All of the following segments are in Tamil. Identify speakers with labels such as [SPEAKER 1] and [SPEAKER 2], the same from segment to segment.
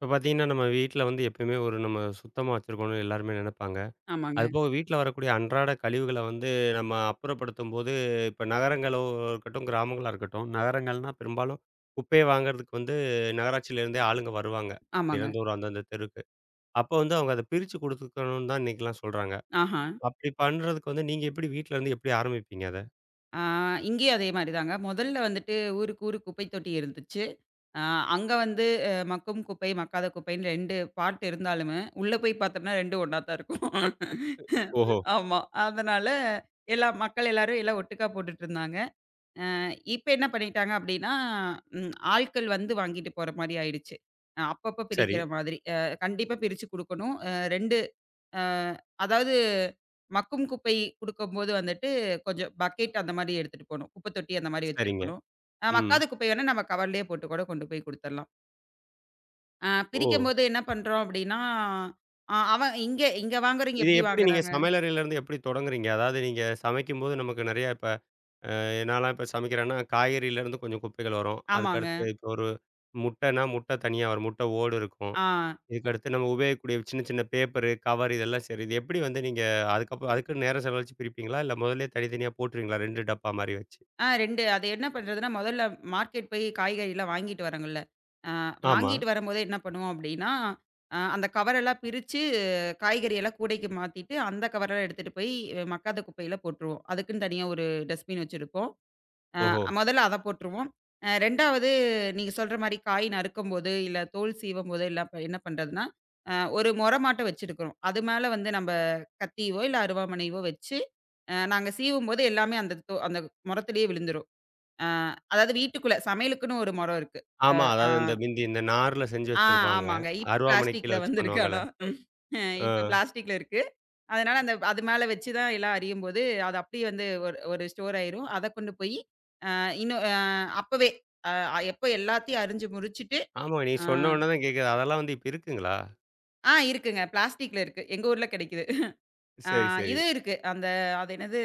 [SPEAKER 1] இப்போ பார்த்தீங்கன்னா, நம்ம வீட்ல வந்து எப்பயுமே ஒரு நம்ம சுத்தமா வச்சிருக்கணும்னு எல்லாருமே நெனைப்பாங்க.
[SPEAKER 2] ஆமாங்க,
[SPEAKER 1] அதுபோக வீட்ல வரக்கூடிய அன்றாட கழிவுகள வந்து நம்ம அப்புறப்படுத்தும்போது, இப்ப நகரங்களோ இருக்கட்டும், கிராமங்களா இருக்கட்டும், நகரங்கள்னா பெரும்பாலும் குப்பைய வாங்குறதுக்கு வந்து நகராட்சியிலேருந்தே ஆளுங்க வருவாங்க.
[SPEAKER 2] ஆமாங்க.
[SPEAKER 1] தினந்தோறும் அந்தந்த தெருக்கு. அப்போ வந்து அவங்க அத பிரிச்சு குடுத்துக்கணும்னு தான் இன்னைக்கெல்லாம் சொல்றாங்க.
[SPEAKER 2] ஆஹா.
[SPEAKER 1] அப்படி பண்றதுக்கு வந்து நீங்க எப்படி வீட்லருந்து எப்படி ஆரம்பிப்பீங்க அத?
[SPEAKER 2] ஆ இங்கேயும் அதே மாரி தாங்க. முதல்ல வந்துட்டு ஊருக்கு ஊரு குப்பை தொட்டி இருந்துச்சு. ஆ அங்க வந்து மக்கும் குப்பை, மக்காத குப்பைன்னு 2 பார்ட் இருந்தாலுமே, உள்ள போய் பார்த்தோம்னா 2 ஒண்ணா தான் இருக்கும்.
[SPEAKER 1] ஓஹோ!
[SPEAKER 2] ஆமா. அதனால எல்லா மக்கள் எல்லாரும் எல்லாம் ஒட்டுக்கா போட்டுட்டுருந்தாங்க. அ இப்ப என்ன பண்ணிட்டாங்க அப்டின்னா, ஆட்கள் வந்து வாங்கிட்டு போற மாரி ஆயிடுச்சு. அப்பப்ப
[SPEAKER 1] சரி.
[SPEAKER 2] பிரிக்கிற மாதிரி. கண்டிப்பா பிரிச்சு குடுக்கணும். 2 அ அதாவது மக்கும் குப்பை குடுக்கும்போது வந்துட்டு, கொஞ்சம் பக்கெட் அந்த மாரி எடுத்துட்டு போணும். குப்பை தொட்டி அந்த மாரி
[SPEAKER 1] சரிங்க.
[SPEAKER 2] வச்சிருக்கணும்.
[SPEAKER 1] ம்.
[SPEAKER 2] மக்காத குப்பை வேணா நம்ம கவர்லயே போட்டு கூட கொண்டு போய் குடுத்துரலாம்.
[SPEAKER 1] ஓ!
[SPEAKER 2] பிரிக்கும்போது என்ன பண்றோம் அப்டின்னா, அவன் இங்க இங்க வாங்குறவய்ங்க
[SPEAKER 1] இது
[SPEAKER 2] எப்டி
[SPEAKER 1] எப்படி நீங்க
[SPEAKER 2] வாங்குறாங்க?
[SPEAKER 1] சமையலறையிலேருந்து எப்படி தொடங்குறீங்க? அதாவது நீங்க சமைக்கும்போது நமக்கு நெறைய இப்ப நான்லாம் இப்ப சமைக்கிறேன்னா, காய்கறியிலேருந்து கொஞ்சம் குப்பைகள் வரும்.
[SPEAKER 2] ஆமாங்க.
[SPEAKER 1] அதுக்கடுத்து இப்போ ஒரு முட்டைன்னா, முட்டை தனியா வரும். முட்டை ஓடு இருக்கும்.
[SPEAKER 2] ஆ,
[SPEAKER 1] இதுக்கடுத்து நம்ம உபயோகிக்கக்கூடிய சின்ன சின்ன பேப்பரு, கவர் இதெல்லாம் சரி. இது எப்படி வந்து நீங்க அதுக்கப்புறம் அதுக்குன்னு நேரம் செலவழிச்சு பிரிப்பீங்களா? இல்ல முதல்லயே தனித்தனியா போட்டுருவீங்களா? 2 டப்பா மாரி வச்சு?
[SPEAKER 2] ஆ 2 அது என்ன பண்றதுன்னா, மொதல்ல மார்க்கெட் போய் காய்கறிலாம் வாங்கிட்டு வரோங்கல்ல. அ
[SPEAKER 1] ஆமா.
[SPEAKER 2] வாங்கிட்டு வரும்போதே என்ன பண்ணுவோம் அப்டின்னா, அந்த கவரெல்லாம் பிரிச்சு காய்கறி எல்லாம் கூடைக்கு மாத்திட்டு, அந்த கவரெல்லாம் எடுத்துட்டு போய் மக்காத குப்பையில போட்டுருவோம். அதுக்குன்னு தனியா ஒரு டஸ்ட்பின் வச்சிருப்போம்.
[SPEAKER 1] ஓஹோ!
[SPEAKER 2] மொதல்ல அத போட்டுருவோம். 2வது நீங்க சொல்ற மாரி காய் நறுக்கும்போது, இல்ல தோல் சீவும்போது எல்லாம் என்ன பண்றதுன்னா, அ ஒரு மொர மாட்ட வச்சிருக்கிறோம். அது மேல வந்து நம்ப கத்தியோ, இல்ல அருவாமனையோ வச்சு, நாங்க சீவும்போது எல்லாமே அந்த மொரத்திலேயே விழுந்துரும். அ அதாவது வீட்டுக்குள்ள சமையலுக்குன்னு ஒரு மொரம் இருக்கு. அ
[SPEAKER 1] ஆமா.
[SPEAKER 2] ஆ
[SPEAKER 1] அதாவது இந்த மிந்தி இந்த நார்ல செஞ்சு
[SPEAKER 2] ஆ
[SPEAKER 1] வச்சிருப்பாங்க.
[SPEAKER 2] ஆமாங்க. இப்ப
[SPEAKER 1] அருவாமனை கீழ
[SPEAKER 2] பிளாஸ்டிக்ல
[SPEAKER 1] வச்சு
[SPEAKER 2] வந்திருக்கு
[SPEAKER 1] பண்ணுவாங்கல்ல.
[SPEAKER 2] ஆனா. இப்ப
[SPEAKER 1] ஆ.
[SPEAKER 2] பிளாஸ்டிக்ல இருக்கு. அதனால அந்த அது மேல வச்சு தான் எல்லாம் அறியும்போது, அது அப்படியே வந்து ஒரு ஒரு ஸ்டோர் ஆயிரும். அத கொண்டு போய் இன்னும் அப்பவே அ எப்ப எல்லாத்தையும் அரிஞ்சு முறிச்சுட்டு
[SPEAKER 1] ஆமா. நீ
[SPEAKER 2] அ
[SPEAKER 1] சொன்ன உடனே தான் கேட்குது. அதெல்லாம் வந்து இப்ப இருக்குங்களா?
[SPEAKER 2] ஆ இருக்குங்க. பிளாஸ்டிக்ல இருக்கு. எங்க ஊர்ல கிடைக்குது. ஆ
[SPEAKER 1] சரி, சரி.
[SPEAKER 2] இது இருக்கு. அந்த அது என்னது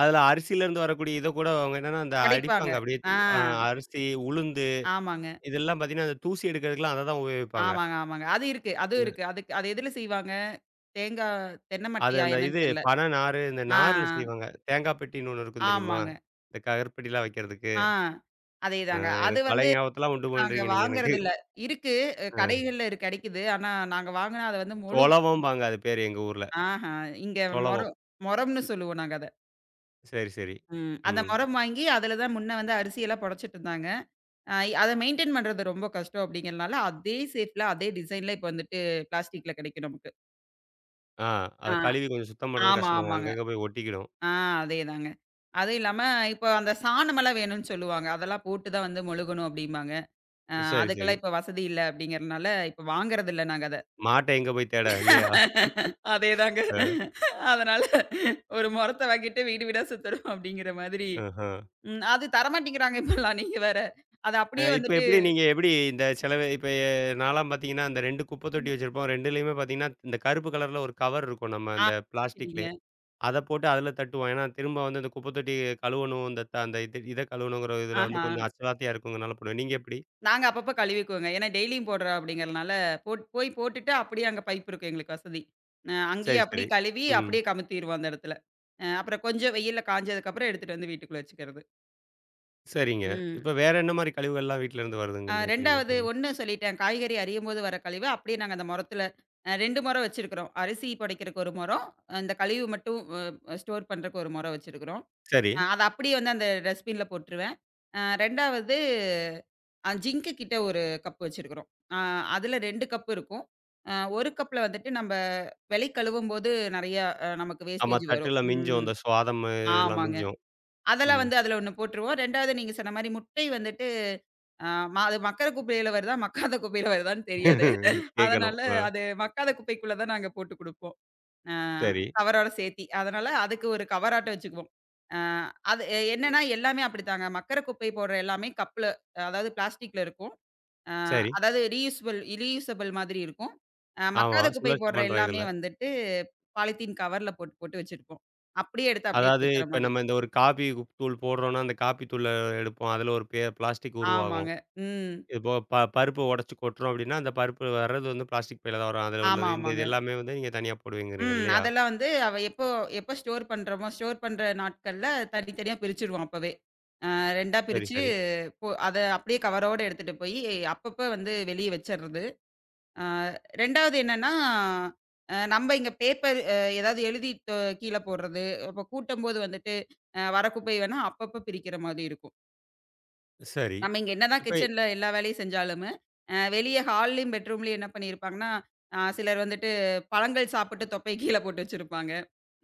[SPEAKER 1] அதுல அரிசியிலேருந்து வரக்கூடிய இத கூட அவங்க என்னன்னா, அந்த
[SPEAKER 2] படைப்பாங்க.
[SPEAKER 1] அடிப்பாங்க அப்படியே.
[SPEAKER 2] ஆ
[SPEAKER 1] அ அரிசி, உளுந்து
[SPEAKER 2] ஆமாங்க.
[SPEAKER 1] இதெல்லாம் பார்த்தீங்கன்னா, அந்த தூசி எடுக்கிறதுக்குலாம் அத தான் உபயோகிப்பாங்க.
[SPEAKER 2] ஆமாங்க, ஆமாங்க. அது இருக்கு. அதுவும்
[SPEAKER 1] ம்.
[SPEAKER 2] இருக்கு. அதுக்கு அது எதுல செய்வாங்க? தேங்கா தென்ன
[SPEAKER 1] அது
[SPEAKER 2] மட்டையா
[SPEAKER 1] அந்த இது
[SPEAKER 2] என்னன்னு தெரியல.
[SPEAKER 1] பனை நாரு, இந்த
[SPEAKER 2] ஆ
[SPEAKER 1] நார்ல செய்வாங்க. தேங்காய் பெட்டின்னு ஒண்ணு இருக்கும் தெரியுமா?
[SPEAKER 2] ஆமாங்க.
[SPEAKER 1] இந்த கருப்பெட்டிலாம் வைக்கிறதுக்கு.
[SPEAKER 2] ஆ
[SPEAKER 1] அ
[SPEAKER 2] அதேதாங்க. அது
[SPEAKER 1] எனக்கு
[SPEAKER 2] வந்து
[SPEAKER 1] பழைய ஞாபகத்தலாம் உண்டு
[SPEAKER 2] நாங்க
[SPEAKER 1] பண்றீங்க நீங்க எனக்கு.
[SPEAKER 2] வாங்குறதில்ல. இருக்கு.
[SPEAKER 1] அ
[SPEAKER 2] கடைகள்ல கெடைக்குது. ஆனா, நாங்க வாங்குனா அத வந்து முழு
[SPEAKER 1] சொலவம்பாங்க அது பேரு எங்க ஊர்ல.
[SPEAKER 2] ஆஹா. இங்க மொர
[SPEAKER 1] சொலவம்.
[SPEAKER 2] மொரம்ன்னு சொல்லுவோம் நாங்க அத.
[SPEAKER 1] சரி, சரி.
[SPEAKER 2] ம். அந்த
[SPEAKER 1] ம்.
[SPEAKER 2] மொரம் வாங்கி அதில தான் முன்ன வந்து அரிசியெல்லாம் பொடச்சிட்டுருந்தாங்க. அ அத மெயின்டெயின் பண்றது ரொம்ப கஷ்டம் அப்படிங்கிறனால, அதே ஷேப்ல, அதே டிசைன்ல இப்ப வந்துட்டு பிளாஸ்டிக்ல கெடைக்கும் நமக்கு.
[SPEAKER 1] ஆ அத
[SPEAKER 2] ஆ.
[SPEAKER 1] கழுவி கொஞ்சம் சுத்தம் பண்றது
[SPEAKER 2] ஆமா,
[SPEAKER 1] கஷ்டமா
[SPEAKER 2] ஆமாங்க.
[SPEAKER 1] அங்கங்க போய் ஒட்டிக்கிடும்.
[SPEAKER 2] ஆ அதேதாங்க. அதுவும் இல்லாம, இப்போ அந்த சாணமெல்லாம் வேணும்னு சொல்லுவாங்க. அதெல்லாம் போட்டு தான் வந்து மொழுகணும் அப்படிம்பாங்க. அ
[SPEAKER 1] சரி, சரி.
[SPEAKER 2] அதுக்கெல்லாம் இப்ப வசதி இல்ல அப்படிங்கிறனால, இப்ப வாங்குறதில்ல நாங்க அத.
[SPEAKER 1] மாட்ட எங்க போய் தேட இல்லையா?
[SPEAKER 2] அதேதாங்க.
[SPEAKER 1] அ,
[SPEAKER 2] அதனால ஒரு மொறத்த வாங்கிட்டு வீடு வீடா சுத்தணும் அப்டிங்கிற மாதிரி.
[SPEAKER 1] ஆஹ.
[SPEAKER 2] ம். அது தரமாட்டேங்கிறாங்க இப்பலாம் நீங்க வேற. அது அப்படியே
[SPEAKER 1] இப்ப
[SPEAKER 2] வந்துட்டு
[SPEAKER 1] எப்படி நீங்க எப்படி இந்த செலவு இப்ப நான்லாம் பார்த்தீங்கன்னா, அந்த 2 குப்பை தொட்டி வச்சிருப்போம். 2லயுமே பார்த்தீங்கன்னா, இந்த கருப்பு கலர்ல ஒரு கவர் இருக்கும். நம்ம
[SPEAKER 2] ஆ
[SPEAKER 1] அந்த பிளாஸ்டிக்லயே.
[SPEAKER 2] சரிங்க.
[SPEAKER 1] அத போட்டு அதில தட்டுவோம். ஏன்னா, திரும்ப வந்து அந்த குப்பை தொட்டி கழுவணும். இந்த த அந்த இது இத கழுவணுங்கிற இதுல வந்து
[SPEAKER 2] ஆஹா.
[SPEAKER 1] கொஞ்சம் அசலாத்தையா இருக்குங்கிறனால போடுவேன். நீங்க எப்படி?
[SPEAKER 2] நாங்க அப்பப்ப கழுவிக்குவோங்க. ஏன்னா டெய்லியும் போடுறோம் அப்படிங்கிறனால, போட் போய் போட்டுட்டு அப்படியே அங்க பைப் இருக்கும் எங்களுக்கு வசதி. அங்கேயே
[SPEAKER 1] சரி, சரி.
[SPEAKER 2] அப்படியே கழுவி,
[SPEAKER 1] ம்.
[SPEAKER 2] அப்படியே கமுத்திருவோம் அந்த இடத்துல. அப்புறம் கொஞ்சம் வெயில்ல காஞ்சதுக்கப்புறம் எடுத்துட்டு வந்து வீட்டுக்குள்ள வச்சுக்கிறது.
[SPEAKER 1] சரிங்க.
[SPEAKER 2] ம்.
[SPEAKER 1] இப்ப வேற என்ன மாரி கழிவுகள்லாம் வீட்ல இருந்து வருதுங்கன்னு நினைக்கிறீங்க?
[SPEAKER 2] 2வது
[SPEAKER 1] ம்.
[SPEAKER 2] ஒண்ணு சொல்லிட்டேன். காய்கறி அரியும்போது வர கழிவு, அப்படியே நாங்க அந்த மொரத்துல 2 மொரம் வச்சிருக்கிறோம். அரிசி புடைக்கிறக்கு 1 மொரம், அந்த கழிவு மட்டும் அ அ ஸ்டோர் பண்றக்கு 1 மொரம் வச்சிருக்கிறோம்.
[SPEAKER 1] சரி.
[SPEAKER 2] அத அப்படியே வந்து அந்த டஸ்ட்பின்ல போட்டுருவேன். 2வது ஜிங்க்கு கிட்ட 1 கப் வச்சிருக்கிறோம். அ அதுல 2 கப் இருக்கும். அ 1 கப்ல வந்துட்டு நம்ப விலை கழுவும்போது நெறைய நமக்கு
[SPEAKER 1] ஆமா.
[SPEAKER 2] வேஸ்டேஜ் வரும்.
[SPEAKER 1] தட்டுல மிஞ்சும்.
[SPEAKER 2] ம்.
[SPEAKER 1] இந்த சுவாதம் எல்லாம்
[SPEAKER 2] ஆமாங்க.
[SPEAKER 1] மிஞ்சும்.
[SPEAKER 2] அதெல்லாம்
[SPEAKER 1] ம்.
[SPEAKER 2] வந்து அதுல 1 போட்டுருவோம். 2வது நீங்க சொன்ன மாரி முட்டை வந்துட்டு, அ ம அது மக்குற குப்பையில வருதா, மக்காத குப்பையில வருதான்னு தெரியாது.
[SPEAKER 1] கேட்கணும்.
[SPEAKER 2] அதனால அது மக்காத குப்பைக்குள்ள தான் நாங்க போட்டு குடுப்போம். அ
[SPEAKER 1] சரி,
[SPEAKER 2] கவரோட சேர்த்தி. அதனால அதுக்கு ஒரு கவராட்டம் வச்சுக்குவோம். அ அது என்னன்னா எல்லாமே அப்படித்தாங்க. மக்குற குப்பை போடுற எல்லாமே கப்ல அதாவது பிளாஸ்டிக்ல இருக்கும். அ
[SPEAKER 1] சரி.
[SPEAKER 2] அதாவது ரீயூசபிள் ரீயூசபிள் மாதிரி இருக்கும்.
[SPEAKER 1] ஆமா.
[SPEAKER 2] மக்காத குப்பை
[SPEAKER 1] சுழற்சி
[SPEAKER 2] போடுற
[SPEAKER 1] பண்றோம்
[SPEAKER 2] எல்லாமே
[SPEAKER 1] இதுல.
[SPEAKER 2] வந்துட்டு பாலித்தீன் கவர்ல போட்டு போட்டு வச்சிருப்போம். அப்படியே எடுத்து அப்படியே
[SPEAKER 1] அதாவது
[SPEAKER 2] குடுக்குற
[SPEAKER 1] இப்ப
[SPEAKER 2] மாரி.
[SPEAKER 1] நம்ம இந்த ஒரு காப்பி தூள் போடுறோம்னா, அந்த காப்பி தூள எடுப்போம். அதுல ஒரு பிளாஸ்டிக் உருவாகும்.
[SPEAKER 2] ஆமாங்க. ம்.
[SPEAKER 1] இது போக பருப்பு உடைச்சு கொட்டுறோம் அப்டின்னா, அந்த பருப்பு வர்றது வந்து பிளாஸ்டிக் பையில தான் வரும். அதுல
[SPEAKER 2] ஆமா,
[SPEAKER 1] உள்ளது. இந்த
[SPEAKER 2] ஆமாங்க.
[SPEAKER 1] இது எல்லாமே வந்து நீங்க தனியா போடுவீங்கிறீங்க
[SPEAKER 2] ம்.
[SPEAKER 1] இல்லையா?
[SPEAKER 2] அதெல்லாம் வந்து எப்போ எப்போ ஸ்டோர் பண்றோமோ, ஸ்டோர் பண்ற நாட்கள்ல தனித்தனியா பிரிச்சுருவோம் அப்பவே. 2ஆ
[SPEAKER 1] சரி,
[SPEAKER 2] பிரிச்சு
[SPEAKER 1] சரி,
[SPEAKER 2] இப்போ அத அப்படியே கவரோட எடுத்துட்டு போயி, அப்பப்ப வந்து வெளிய வச்சர்றது. அ 2வது என்னன்னா, நம்ப இங்க பேப்பர் ஏதாவது எழுதி கீழ போடுறது. அப்ப கூட்டும்போது வந்துட்டு, வர குப்பை வேணா அப்பப்ப பிரிக்கிற மாதிரி இருக்கும்.
[SPEAKER 1] சரி.
[SPEAKER 2] நம்ம இங்க என்னதான்
[SPEAKER 1] இப்ப
[SPEAKER 2] கிச்சன்ல எல்லா வேலையும் செஞ்சாலுமே, வெளிய ஹால்லயும், பெட்ரூம்லயும் என்ன பண்ணியிருப்பாங்கன்னா, சிலர் வந்துட்டு பழங்கள் சாப்பிட்டு தொப்பைய கீழ போட்டு வச்சிருப்பாங்க.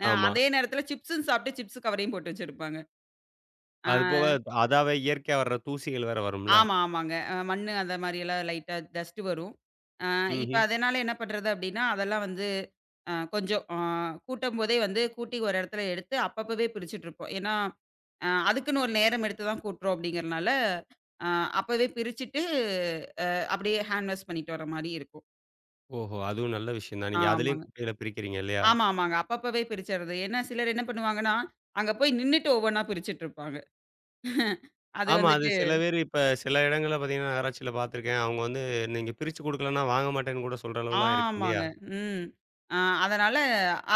[SPEAKER 1] ஆமா.
[SPEAKER 2] அதே நேரத்தில சிப்ஸுன்னு சாப்பிட்டு சிப்ஸ் கவரையும் போட்டு வச்சிருப்பாங்க. ஆ.
[SPEAKER 1] அது போக அதாவே இயற்கையா வர்ற தூசிகள் வேற வரும்ல.
[SPEAKER 2] ஆமா, ஆமாங்க. மண்ணு அந்த மாரியெல்லாம் லைட்டா டஸ்ட் வரும். அ இப்ப
[SPEAKER 1] ம்ஹ்ம்.
[SPEAKER 2] அதனால என்ன பண்றது அப்டின்னா, அதெல்லாம் வந்து கொஞ்சம் கூட்டம்போதே வந்து கூட்டி ஒரு இடத்துல எடுத்து அப்பப்பவே பிரிச்சுட்ருப்போம். ஏன்னா, அதுக்குன்னு ஒரு நேரம் எடுத்து தான் கூட்டுறோம் அப்டிங்கிறனால, அ அப்பவே பிரிச்சுட்டு அ அப்டியே ஹேண்ட் வாஷ் பண்ணிட்டு வர மாரி இருக்கும்.
[SPEAKER 1] ஓஹோ! அதுவும் நல்ல விஷயம் தான். நீங்க அதுலயும்
[SPEAKER 2] ஆமாங்க.
[SPEAKER 1] குப்பைகள பிரிக்கிறீங்க இல்லையா?
[SPEAKER 2] ஆமா, ஆமாங்க. அப்பப்பவே பிரிச்சறது. ஏன்னா சிலர் என்ன பண்ணுவாங்கன்னா, அங்க போய் நின்னுட்டு ஒவ்வொன்னா பிரிச்சுட்ருப்பாங்க. அது
[SPEAKER 1] ஆமா.
[SPEAKER 2] வந்துட்டு
[SPEAKER 1] அது சில பேர் இப்ப சில இடங்கள்ல பார்த்தீங்கன்னா, நகராட்சியில பார்த்துருக்கேன். அவங்க வந்து நீங்க பிரிச்சு குடுக்கலன்னா வாங்க மாட்டேன்னு கூட சொல்ற அளவுலாம் இருக்கு இல்லையா?
[SPEAKER 2] ஆமாங்க. ம். அ அதனால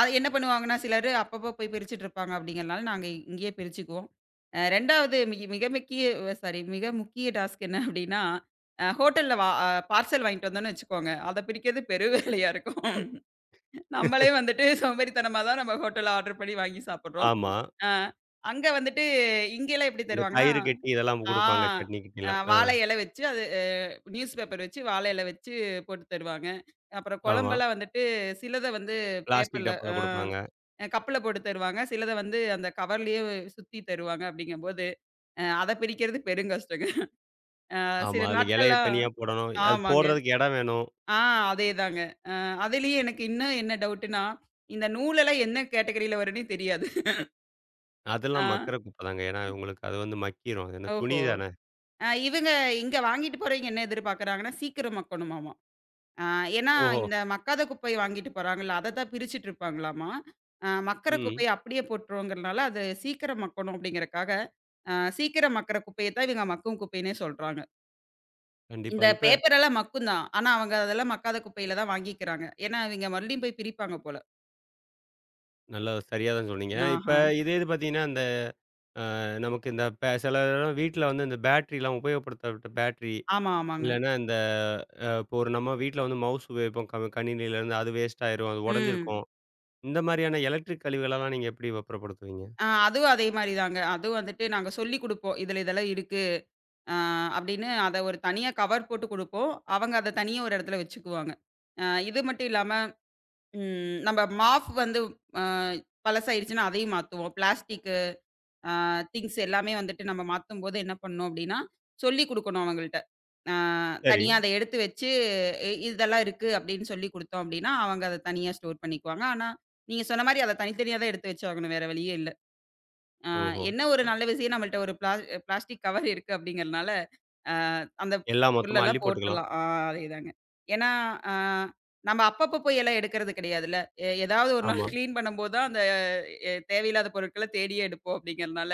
[SPEAKER 2] அது என்ன பண்ணுவாங்கன்னா, சிலரு அப்பப்போ போய் பிரிச்சுட்டு இருப்பாங்க அப்படிங்கிறனால, நாங்க இங்கேயே பிரிச்சுக்குவோம். 2வது மிக மிக முக்கிய சாரி மிக முக்கிய டாஸ்க் என்ன அப்படின்னா, ஹோட்டல்ல வா அ பார்சல் வாங்கிட்டு வந்தோம்னு வச்சுக்கோங்க. அத பிரிக்கிறது பெரு வேலையா இருக்கும். நம்மளே வந்துட்டு சோம்பேறித்தனமா தான் நம்ம ஹோட்டல்ல ஆர்டர் பண்ணி வாங்கி சாப்பிடுறோம்.
[SPEAKER 1] ஆமா.
[SPEAKER 2] அ அங்க வந்துட்டு இங்கேல்லாம் எப்படி
[SPEAKER 1] இந்த
[SPEAKER 2] தருவாங்கன்னா
[SPEAKER 1] கயிறு கட்டி இதெல்லாம்
[SPEAKER 2] ஆ.
[SPEAKER 1] குடுப்பாங்க. சட்னி கிட்னிலாம். ஆ.
[SPEAKER 2] வாழை இலை வச்சு அது நியூஸ் பேப்பர் வச்சு வாழை இலை வச்சு போட்டு தருவாங்க. அப்புறம்
[SPEAKER 1] ஆமா.
[SPEAKER 2] குழம்பெல்லாம் வந்துட்டு சிலத வந்து
[SPEAKER 1] பிளாஸ்டிக்
[SPEAKER 2] பேப்பர்ல
[SPEAKER 1] டப்பால குடுப்பாங்க.
[SPEAKER 2] கப்புல போட்டு தருவாங்க. சிலத வந்து அந்த கவர்லயே சுத்தி தருவாங்க அப்படிங்கும்போது, அத பிரிக்கிறது பெருங்கஷ்டங்க.
[SPEAKER 1] ஆமா.
[SPEAKER 2] சில
[SPEAKER 1] அதுல இலைய
[SPEAKER 2] நாட்கள்லாம்
[SPEAKER 1] தனியா போடணும். அது
[SPEAKER 2] ஆமாங்க.
[SPEAKER 1] போடுறதுக்கு இடம் வேணும்.
[SPEAKER 2] ஆ அதேதாங்க. அ அதுலயே எனக்கு இன்னும் என்ன டவுட்டுன்னா, இந்த நூலெல்லாம் என்ன கேட்டகரியில வரும்னே தெரியாது. ஆ.
[SPEAKER 1] அதெல்லாம் மக்குற குப்பை தாங்க. ஏன்னா, உங்களுக்கு அது வந்து மக்கிரும். அது என்ன துணி
[SPEAKER 2] ஓஹோ!
[SPEAKER 1] தானே.
[SPEAKER 2] இவங்க இங்க வாங்கிட்டு போறவங்க என்ன எதிர்பார்க்குறாங்கன்னா, சீக்கிரம் மக்கணுமாமா. ஆ ஏன்னா,
[SPEAKER 1] ஓஹோ!
[SPEAKER 2] இந்த மக்காத குப்பைய வாங்கிட்டு போறாங்கல்ல, அத தான் பிரிச்சுட்டு இருப்பாங்களாமா. மக்குற
[SPEAKER 1] ம்.
[SPEAKER 2] குப்பைய அப்படியே போட்டுருவோங்கிறனால, அது சீக்கிரம் மக்கணும் அப்படிங்கிறக்காக, சீக்கிரம் மக்குற குப்பைய தான் இவங்க மக்கும் குப்பைன்னே சொல்றாங்க.
[SPEAKER 1] கண்டிப்பா.
[SPEAKER 2] இந்த
[SPEAKER 1] இப்ப
[SPEAKER 2] பேப்பர் எல்லாம் மக்கும் தான். ஆனா, அவங்க அதெல்லாம் மக்காத குப்பையில தான் வாங்கிக்கிறாங்க. ஏன்னா, இவங்க மறுபடியும் போய் பிரிப்பாங்க போல.
[SPEAKER 1] நல்லா சரியா தான் சொன்னீங்க. இப்ப
[SPEAKER 2] ஆஹா.
[SPEAKER 1] இதே இது பார்த்தீங்கன்னா, இந்த அ நமக்கு இந்த சில நேரம் வீட்ல வந்து இந்த பேட்டரிலாம் உபயோகப்படுத்தப்பட்ட பேட்டரி
[SPEAKER 2] ஆமா, ஆமாங்க.
[SPEAKER 1] இல்லன்னா, இந்த அ இப்போ ஒரு நம்ம வீட்ல வந்து மவுஸ் உபயோகிப்போம். கணினியிலேருந்து அது வேஸ்ட் ஆயிரும். அது
[SPEAKER 2] ம்.
[SPEAKER 1] உடைஞ்சிருக்கும். இந்த மாரியான எலக்ட்ரிக் கழிவுகளெல்லாம் நீங்க எப்படி அப்புறப்படுத்துவீங்க?
[SPEAKER 2] அதுவும் அதே மாரி தாங்க. அதுவும் வந்துட்டு நாங்க சொல்லிக் குடுப்போம். இதுல இதெல்லாம் இருக்கு. அ அப்படின்னு அத ஒரு தனியா கவர் போட்டு குடுப்போம். அவங்க அத தனியா ஒரு இடத்துல வச்சுக்குவாங்க. இது மட்டும் இல்லாம நம்ம மாஃப் வந்து அ பழசாயிடுச்சுன்னா அதையும் மாத்துவோம். பிளாஸ்டிக்கு அ திங்ஸ் எல்லாமே வந்துட்டு நம்ம மாத்தும்போது என்ன பண்ணணும் அப்டின்னா, சொல்லிக் குடுக்கணும் அவங்கள்ட்ட. அ
[SPEAKER 1] சரி.
[SPEAKER 2] தனியா அத எடுத்து வச்சு இதெல்லாம் இருக்கு அப்டின்னு சொல்லிக் குடுத்தோம் அப்டின்னா, அவங்க அத தனியா ஸ்டோர் பண்ணிக்குவாங்க. ஆனா, நீங்க சொன்ன மாரி அத தனித்தனியா தான் எடுத்து வச்சாகணும். வேற வழியே இல்ல. அ
[SPEAKER 1] ஓஹோ!
[SPEAKER 2] என்ன ஒரு
[SPEAKER 1] அ
[SPEAKER 2] நல்ல விஷயம் நம்மள்ட்ட ஒரு பிளாஸ்டிக் கவர் இருக்கு அப்டிங்கிறனால ஆ அந்த
[SPEAKER 1] எல்லாம் மொத்தமா அள்ளி
[SPEAKER 2] புல்லெல்லாம்
[SPEAKER 1] போட்டுக்கலாம்.
[SPEAKER 2] போட்டுறலாம். அதேதாங்க. ஏன்னா, ஆ நம்ம அப்பப்போ போய் எல்லாம் எடுக்கிறது கிடையாதுல்ல. ஏதாவது ஒரு நாள்
[SPEAKER 1] ஆமா.
[SPEAKER 2] கிளீன் பண்ணும்போது தான் அந்த தேவையில்லாத பொருட்கள தேடியே எடுப்போம் அப்படிங்கிறனால,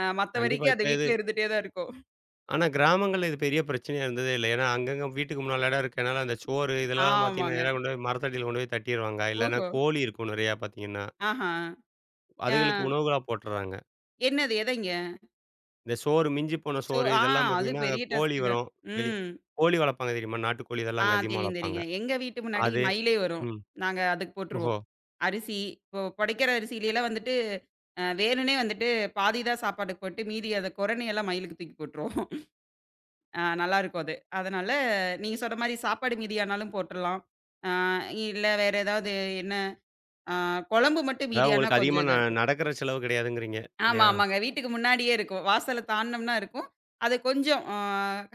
[SPEAKER 2] மத்த
[SPEAKER 1] கண்டிப்பா.
[SPEAKER 2] வரைக்கும் அது
[SPEAKER 1] இப்ப இது
[SPEAKER 2] வீட்ல இருந்துட்டே தான் இருக்கும்.
[SPEAKER 1] ஆனா கிராமங்கள்ல இது பெரிய பிரச்சனையா இருந்ததே இல்ல. ஏன்னா அங்கங்க வீட்டுக்கு முன்னால இடம் இருக்கனால அந்த சோறு இதெல்லாம் பார்த்தீங்கன்னா,
[SPEAKER 2] ஆமாங்க.
[SPEAKER 1] நேரா கொண்டு போய் மரத்தடியில கொண்டு போய் தட்டிருவாங்க. இல்லன்னா
[SPEAKER 2] ஓஹோ!
[SPEAKER 1] கோழி இருக்கும் நிறையா பார்த்தீங்கன்னா,
[SPEAKER 2] ஆஹா. ஆ
[SPEAKER 1] அதுகளுக்கு உணவுகளா போட்டுர்றாங்க.
[SPEAKER 2] என்னது? எதைங்க?
[SPEAKER 1] இந்த சோறு மிஞ்சி போன
[SPEAKER 2] சோ
[SPEAKER 1] சோறு
[SPEAKER 2] ஆ
[SPEAKER 1] இதெல்லாம்
[SPEAKER 2] அது
[SPEAKER 1] பார்த்தீங்கன்னா, அங்க
[SPEAKER 2] பெரிய
[SPEAKER 1] கோழி
[SPEAKER 2] டாஸ்க்குங்க.
[SPEAKER 1] வரும். வெளிய
[SPEAKER 2] ம்.
[SPEAKER 1] கோழி வளர்ப்பாங்க தெரியுமா? நாட்டுக்கோழி இதெல்லாம் அங்க அதிகமா
[SPEAKER 2] தெரியும்,
[SPEAKER 1] வளர்ப்பாங்க.
[SPEAKER 2] தெரியுங்க. எங்க வீட்டு முன்னாடி
[SPEAKER 1] அது
[SPEAKER 2] மயிலே வரும்.
[SPEAKER 1] ம்.
[SPEAKER 2] நாங்க அதுக்கு
[SPEAKER 1] ஓஹோ!
[SPEAKER 2] போட்டுருவோம். அரிசி இப்போ புடைக்கிற அரிசியிலலாம் வந்துட்டு வேணும்னே வந்துட்டு பாதி தான் சாப்பாட்டுக்கு போட்டு, மீதி அத கொரணையெல்லாம் மயிலுக்கு தூக்கி போட்டுருவோம். நல்லாருக்கும் அது. அதனால நீங்க சொன்ன மாரி சாப்பாடு மீதியானாலும் போட்டுறலாம். ஆ இல்ல வேற ஏதாவது என்ன அ குழம்பு மட்டும்
[SPEAKER 1] அதாவது
[SPEAKER 2] மீதியானா
[SPEAKER 1] உங்களுக்கு
[SPEAKER 2] கொஞ்சம்
[SPEAKER 1] அதிகமா
[SPEAKER 2] இதா இருக்கும்.
[SPEAKER 1] நடக்கிற செலவு கிடையாதுங்கிறீங்க.
[SPEAKER 2] ஆமா,
[SPEAKER 1] இல்லையா?
[SPEAKER 2] ஆமாங்க. வீட்டுக்கு முன்னாடியே இருக்கும். வாசல தாண்டுனோம்னா இருக்கும். அது கொஞ்சம்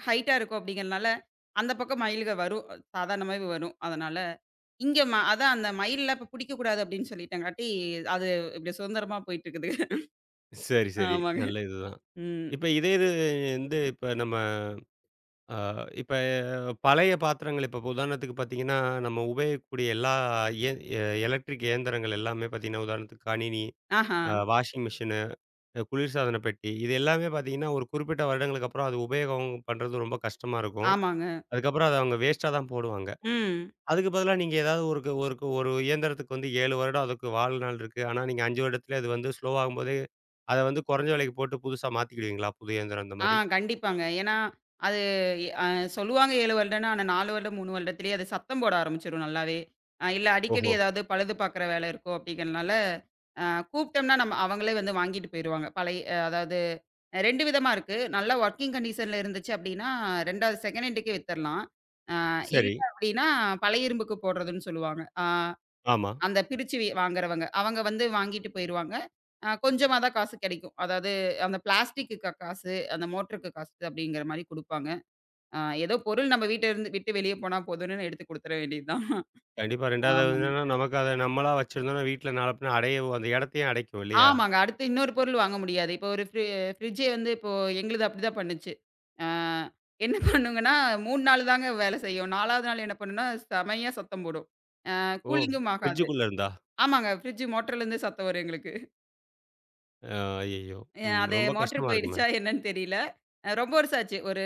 [SPEAKER 2] ஹைட்டா இருக்கும் அப்படிங்கிறனால, அந்த பக்கம் மயில்க வரும். சாதாரணமாவே வரும். அதனால. இங்க அதான் அந்த மயில்ல இப்ப பிடிக்கக்கூடாது அப்படின்னு சொல்லிட்டங்காட்டி, அது இப்படி சுதந்திரமா போயிட்டு இருக்குது.
[SPEAKER 1] சரி, சரி.
[SPEAKER 2] ஆமாங்க.
[SPEAKER 1] நல்ல இதுதான்.
[SPEAKER 2] ம்.
[SPEAKER 1] இப்ப இதே இது வந்து இப்ப நம்ம ஆ இப்ப பழைய பாத்திரங்கள் இப்ப உதாரணத்துக்கு பார்த்தீங்கன்னா, நம்ம உபயோகிக்கக்கூடிய எல்லா இய எ எலக்ட்ரிக் இயந்திரங்கள் எல்லாமே பார்த்தீங்கன்னா, உதாரணத்துக்கு கணினி,
[SPEAKER 2] ஆஹா.
[SPEAKER 1] அ வாஷிங் மிஷினு, அ குளிர்சாதன பெட்டி இது எல்லாமே பார்த்தீங்கன்னா, ஒரு குறிப்பிட்ட வருடங்களுக்கு அப்புறம் அது உபயோகம் பண்றது ரொம்ப கஷ்டமா இருக்கும்.
[SPEAKER 2] ஆமாங்க.
[SPEAKER 1] அதுக்கப்புறம் அத அவங்க வேஸ்ட்டா தான் போடுவாங்க.
[SPEAKER 2] ம்.
[SPEAKER 1] அதுக்கு பதிலா நீங்க ஏதாவது ஒருக்கு ஒருக்கு ஒரு க- ஒரு இயந்திரத்துக்கு வந்து 7 வருடம் அதுக்கு வாழ்நாள் இருக்கு. ஆனா நீங்க 5 வருடத்திலே அது வந்து ஸ்லோ ஆகும்போதே, அத வந்து குறைஞ்ச விலைக்கு போட்டு புதுசா மாத்திக்கிடுவீங்களா? புது இயந்திரம் அந்த
[SPEAKER 2] ஆ
[SPEAKER 1] மாரி?
[SPEAKER 2] கண்டிப்பாங்க. ஏன்னா, அது அ சொல்லுவாங்க 7 வருடம்ன்னு. ஆனா 4 வருடம், 3 வருடத்திலேயே அது சத்தம் போட ஆரம்பிச்சுரும் நல்லாவே. இல்ல அடிக்கடி
[SPEAKER 1] ஓஹோ!
[SPEAKER 2] ஏதாவது பழுது பார்க்குற வேலை இருக்கும் அப்படிங்கிறனால, அ கூப்பிட்டோம்னா நம்ம அவங்களே வந்து வாங்கிட்டு போயிருவாங்க. பழைய அதாவது 2 விதமா இருக்கு. நல்லா வொர்க்கிங் கண்டிஷன்ல இருந்துச்சு அப்படின்னா, 2வது செகண்ட் ஹேண்டுக்கே வித்தரலாம். அ இல்ல
[SPEAKER 1] சரி.
[SPEAKER 2] அப்படின்னா, பழைய இரும்புக்கு போடுறதுன்னு சொல்லுவாங்க.
[SPEAKER 1] ஆமா.
[SPEAKER 2] அந்த பிரிச்சு வாங்குறவங்க. அவங்க வந்து வாங்கிட்டு போயிருவாங்க. கொஞ்சமா தான் காசு கெடைக்கும். அதாவது அந்த பிளாஸ்டிக்கு காசு, அந்த மோட்டருக்கு காசு அப்படிங்கிற மாரி குடுப்பாங்க. அ ஏதோ பொருள் நம்ம வீட்ட இருந்து விட்டு வெளிய போனா போதும்ன்னு எடுத்து குடுத்துற வேண்டியது தான்.
[SPEAKER 1] கண்டிப்பா. 2வது அது
[SPEAKER 2] ஆமாங்க.
[SPEAKER 1] என்னன்னா, நமக்கு அத நம்மளா வச்சிருந்தோம்னா, வீட்ல நாள பின்ன அடையவும் அந்த இடத்தையும் அடைக்கும் இல்லையா?
[SPEAKER 2] ஆமாங்க. அடுத்து இன்னொரு பொருள் வாங்க முடியாது. இப்போ ஒரு ஃப்ரிட்ஜே வந்து இப்போ எங்களுது அப்படிதான் பண்ணுச்சு. ஆ என்ன பண்ணுங்கன்னா 3 நாள் தாங்க வேலை செய்யும். 4வது நாள் என்ன பண்ணும்னா, செமையா சத்தம் போடும்.
[SPEAKER 1] ஓ!
[SPEAKER 2] கூலிங்கும் ஆகாது.
[SPEAKER 1] ஃப்ரிட்ஜுக்குள்ள இருந்தா?
[SPEAKER 2] ஆமாங்க. ஃப்ரிட்ஜ் மோட்டர்லேருந்து சத்தம் வரும் எங்களுக்கு.
[SPEAKER 1] ஐய்யய்யோ! ம்.
[SPEAKER 2] அது
[SPEAKER 1] ரொம்ப
[SPEAKER 2] மோட்டர்
[SPEAKER 1] கஷ்டமா இருக்குமே!
[SPEAKER 2] போயிடுச்சா என்னன்னு தெரியல. ரொம்ப வருஷம் ஆச்சு. ஒரு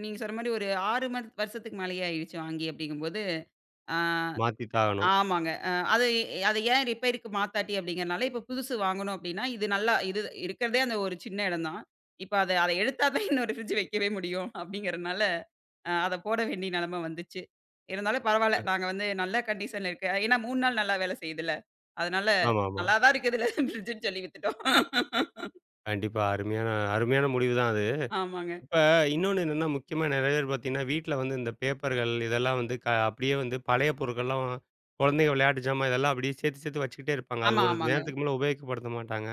[SPEAKER 2] நீங்க சொன்ன மாரி ஒரு 6 மந்த் வருஷத்துக்கு மேலேயே ஆயிடுச்சு வாங்கி அப்படிங்கும்போது, ஆ
[SPEAKER 1] மாத்தி தான் ஆகணும்.
[SPEAKER 2] ஆமாங்க. அது அத ஏன் ரிப்பேர்‌க்கு மாத்தாட்டி அப்டிங்கிறனால, இப்ப புதுசு வாங்கணும் அப்டின்னா, இது நல்லா இது இருக்கிறதே அந்த ஒரு சின்ன இடம் தான். இப்ப அத அத எடுத்தா தான் இன்னொரு ஃப்ரிட்ஜ் வைக்கவே முடியும் அப்டிங்கிறனால, அத போட வேண்டிய நெலம வந்துச்சு. இருந்தாலும் பரவால்ல. நாங்க வந்து நல்ல கண்டிஷன்ல இருக்கு. ஏன்னா 3 நாள் நல்லா வேல செய்யுதுல்ல. அதனால
[SPEAKER 1] ஆமாமா.
[SPEAKER 2] நல்லா தான் இருக்குது இதுல ஃப்ரிட்ஜ்ன்னு சொல்லி வித்துட்டோம்.
[SPEAKER 1] கண்டிப்பா. அருமையான அருமையான முடிவு தான் அது.
[SPEAKER 2] ஆமாங்க.
[SPEAKER 1] இப்ப இன்னொன்னு என்னன்னா, முக்கியமா நெறைய பேர் பார்த்தீங்கன்னா, வீட்ல வந்து இந்த பேப்பர்கள் இதெல்லாம் வந்து அப்படியே வந்து பழைய பொருட்கள்லாம் குழந்தைங்க விளையாட்டு ஜாமான் இதெல்லாம் அப்படியே சேர்த்து சேர்த்து வச்சுக்கிட்டே இருப்பாங்க. அது
[SPEAKER 2] ஆமா,
[SPEAKER 1] ஒரு
[SPEAKER 2] ஆமாங்க.
[SPEAKER 1] நேரத்துக்கு மேல உபயோகப்படுத்த மாட்டாங்க.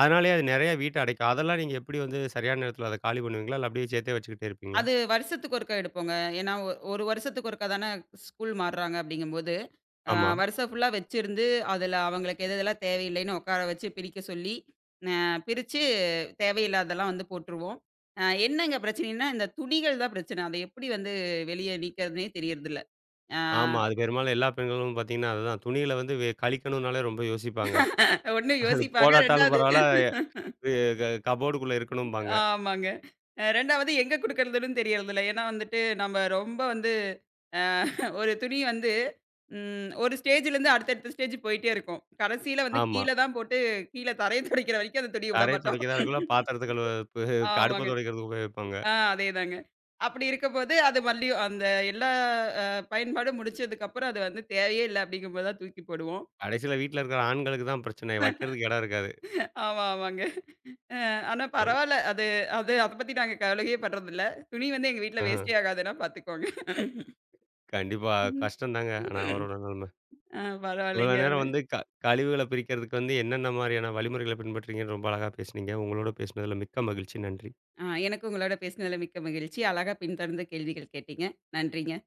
[SPEAKER 1] அதனாலேயே அது நெறைய வீட்ட அடைக்கும். அதெல்லாம் நீங்க எப்படி வந்து சரியான நேரத்தில அத காலி பண்ணுவீங்களா? இல்ல அப்படியே சேர்த்தே வச்சுக்கிட்டே இருப்பீங்களா?
[SPEAKER 2] அது வருஷத்துக்கு ஒருக்கா எடுப்போங்க. ஏன்னா, ஒரு வருஷத்துக்கு ஒருக்கா தானே ஸ்கூல் மாறுறாங்க அப்படிங்கும்போது, அ
[SPEAKER 1] ஆமா.
[SPEAKER 2] வருஷம் ஃபுல்லா வச்சிருந்து, அதுல அவங்களுக்கு எது எதெல்லாம் தேவையில்லைன்னு உட்கார வச்சு பிரிக்க சொல்லி, அ பிரிச்சு தேவையில்லாததெல்லாம் வந்து போட்டுருவோம். என்னங்க பிரச்சனைன்னா, இந்த துணிகள் தான் பிரச்சனை. அத எப்படி வந்து வெளிய நீக்கிறதுன்னே தெரியறதில்ல. ஆ
[SPEAKER 1] ஆமா. அது பெரும்பாலும் எல்லா பெண்களும் பார்த்தீங்கன்னா, அதுதான் துணிகள வந்து கழிக்கணும்னாலே ரொம்ப யோசிப்பாங்க.
[SPEAKER 2] 1
[SPEAKER 1] அது
[SPEAKER 2] யோசிப்பாங்க,
[SPEAKER 1] போடாட்டாலும்
[SPEAKER 2] 2வது
[SPEAKER 1] பரவால்ல, இது கபோர்டுக்குள்ள இருக்கணும்பாங்க.
[SPEAKER 2] ஆமாங்க. 2வது எங்க குடுக்கறதுன்னு தெரியறதில்ல. ஏன்னா வந்துட்டு, நம்ம ரொம்ப வந்து அ ஒரு துணி வந்து ஒரு ஸ்டேஜ்லேருந்து அடுத்தடுத்த ஸ்டேஜ் போயிட்டே இருக்கும். கடைசியில வந்து
[SPEAKER 1] ஆமா.
[SPEAKER 2] கீழ தான் போட்டு கீழ தரைய துடைக்கிற வரைக்கும் அந்த துணிய விட
[SPEAKER 1] தரைய
[SPEAKER 2] மாட்டோம்.
[SPEAKER 1] துடைக்க தான் இருக்குல்ல, பாத்திரத்த கழுவ பு அடுப்ப
[SPEAKER 2] ஆமாங்க.
[SPEAKER 1] துடைக்கிறதுக்கு உபயோகிப்பாங்க.
[SPEAKER 2] அதேதாங்க. அப்படி இருக்கம்போது, அது மறுபடியும் அந்த எல்லா அ பயன்பாடும் முடிச்சதுக்கப்புறம், அது வந்து தேவையே இல்ல அப்படிங்கும்போது தான் தூக்கி போடுவோம்.
[SPEAKER 1] கடைசியில வீட்ல இருக்கிற ஆண்களுக்கு தான் பிரச்சனை. வைக்கிறதுக்கு இடம் இருக்காது.
[SPEAKER 2] ஆமா, ஆமாங்க. அ ஆனா
[SPEAKER 1] கண்
[SPEAKER 2] பரவால்ல. அது அது அத பத்தி நாங்க கவலையே படுறதில்ல. துணி வந்து எங்க வீட்ல
[SPEAKER 1] ஆஹ.
[SPEAKER 2] வேஸ்டே ஆகாதுன்னா பாத்துக்கோங்க.
[SPEAKER 1] கண்டிப்பா கஷ்டம் தாங்க. ஆனா அவரோட நிலைமை. இவ்வளோ
[SPEAKER 2] பரவாயில்லைங்க
[SPEAKER 1] நேரம்
[SPEAKER 2] அது.
[SPEAKER 1] வந்து கழிவுகள பிரிக்கிறதுக்கு வந்து என்னென்ன மாரியான வழிமுறைகள பின்பற்றீங்கன்னு ரொம்ப அழகா பேசுனீங்க. உங்களோட பேசினதில மிக்க மகிழ்ச்சி. நன்றி.
[SPEAKER 2] எனக்கும் உங்களோட பேசினதுல மிக்க மகிழ்ச்சி. அழகா பின்தொடர்ந்து கேள்விகள் கேட்டீங்க. நன்றிங்க.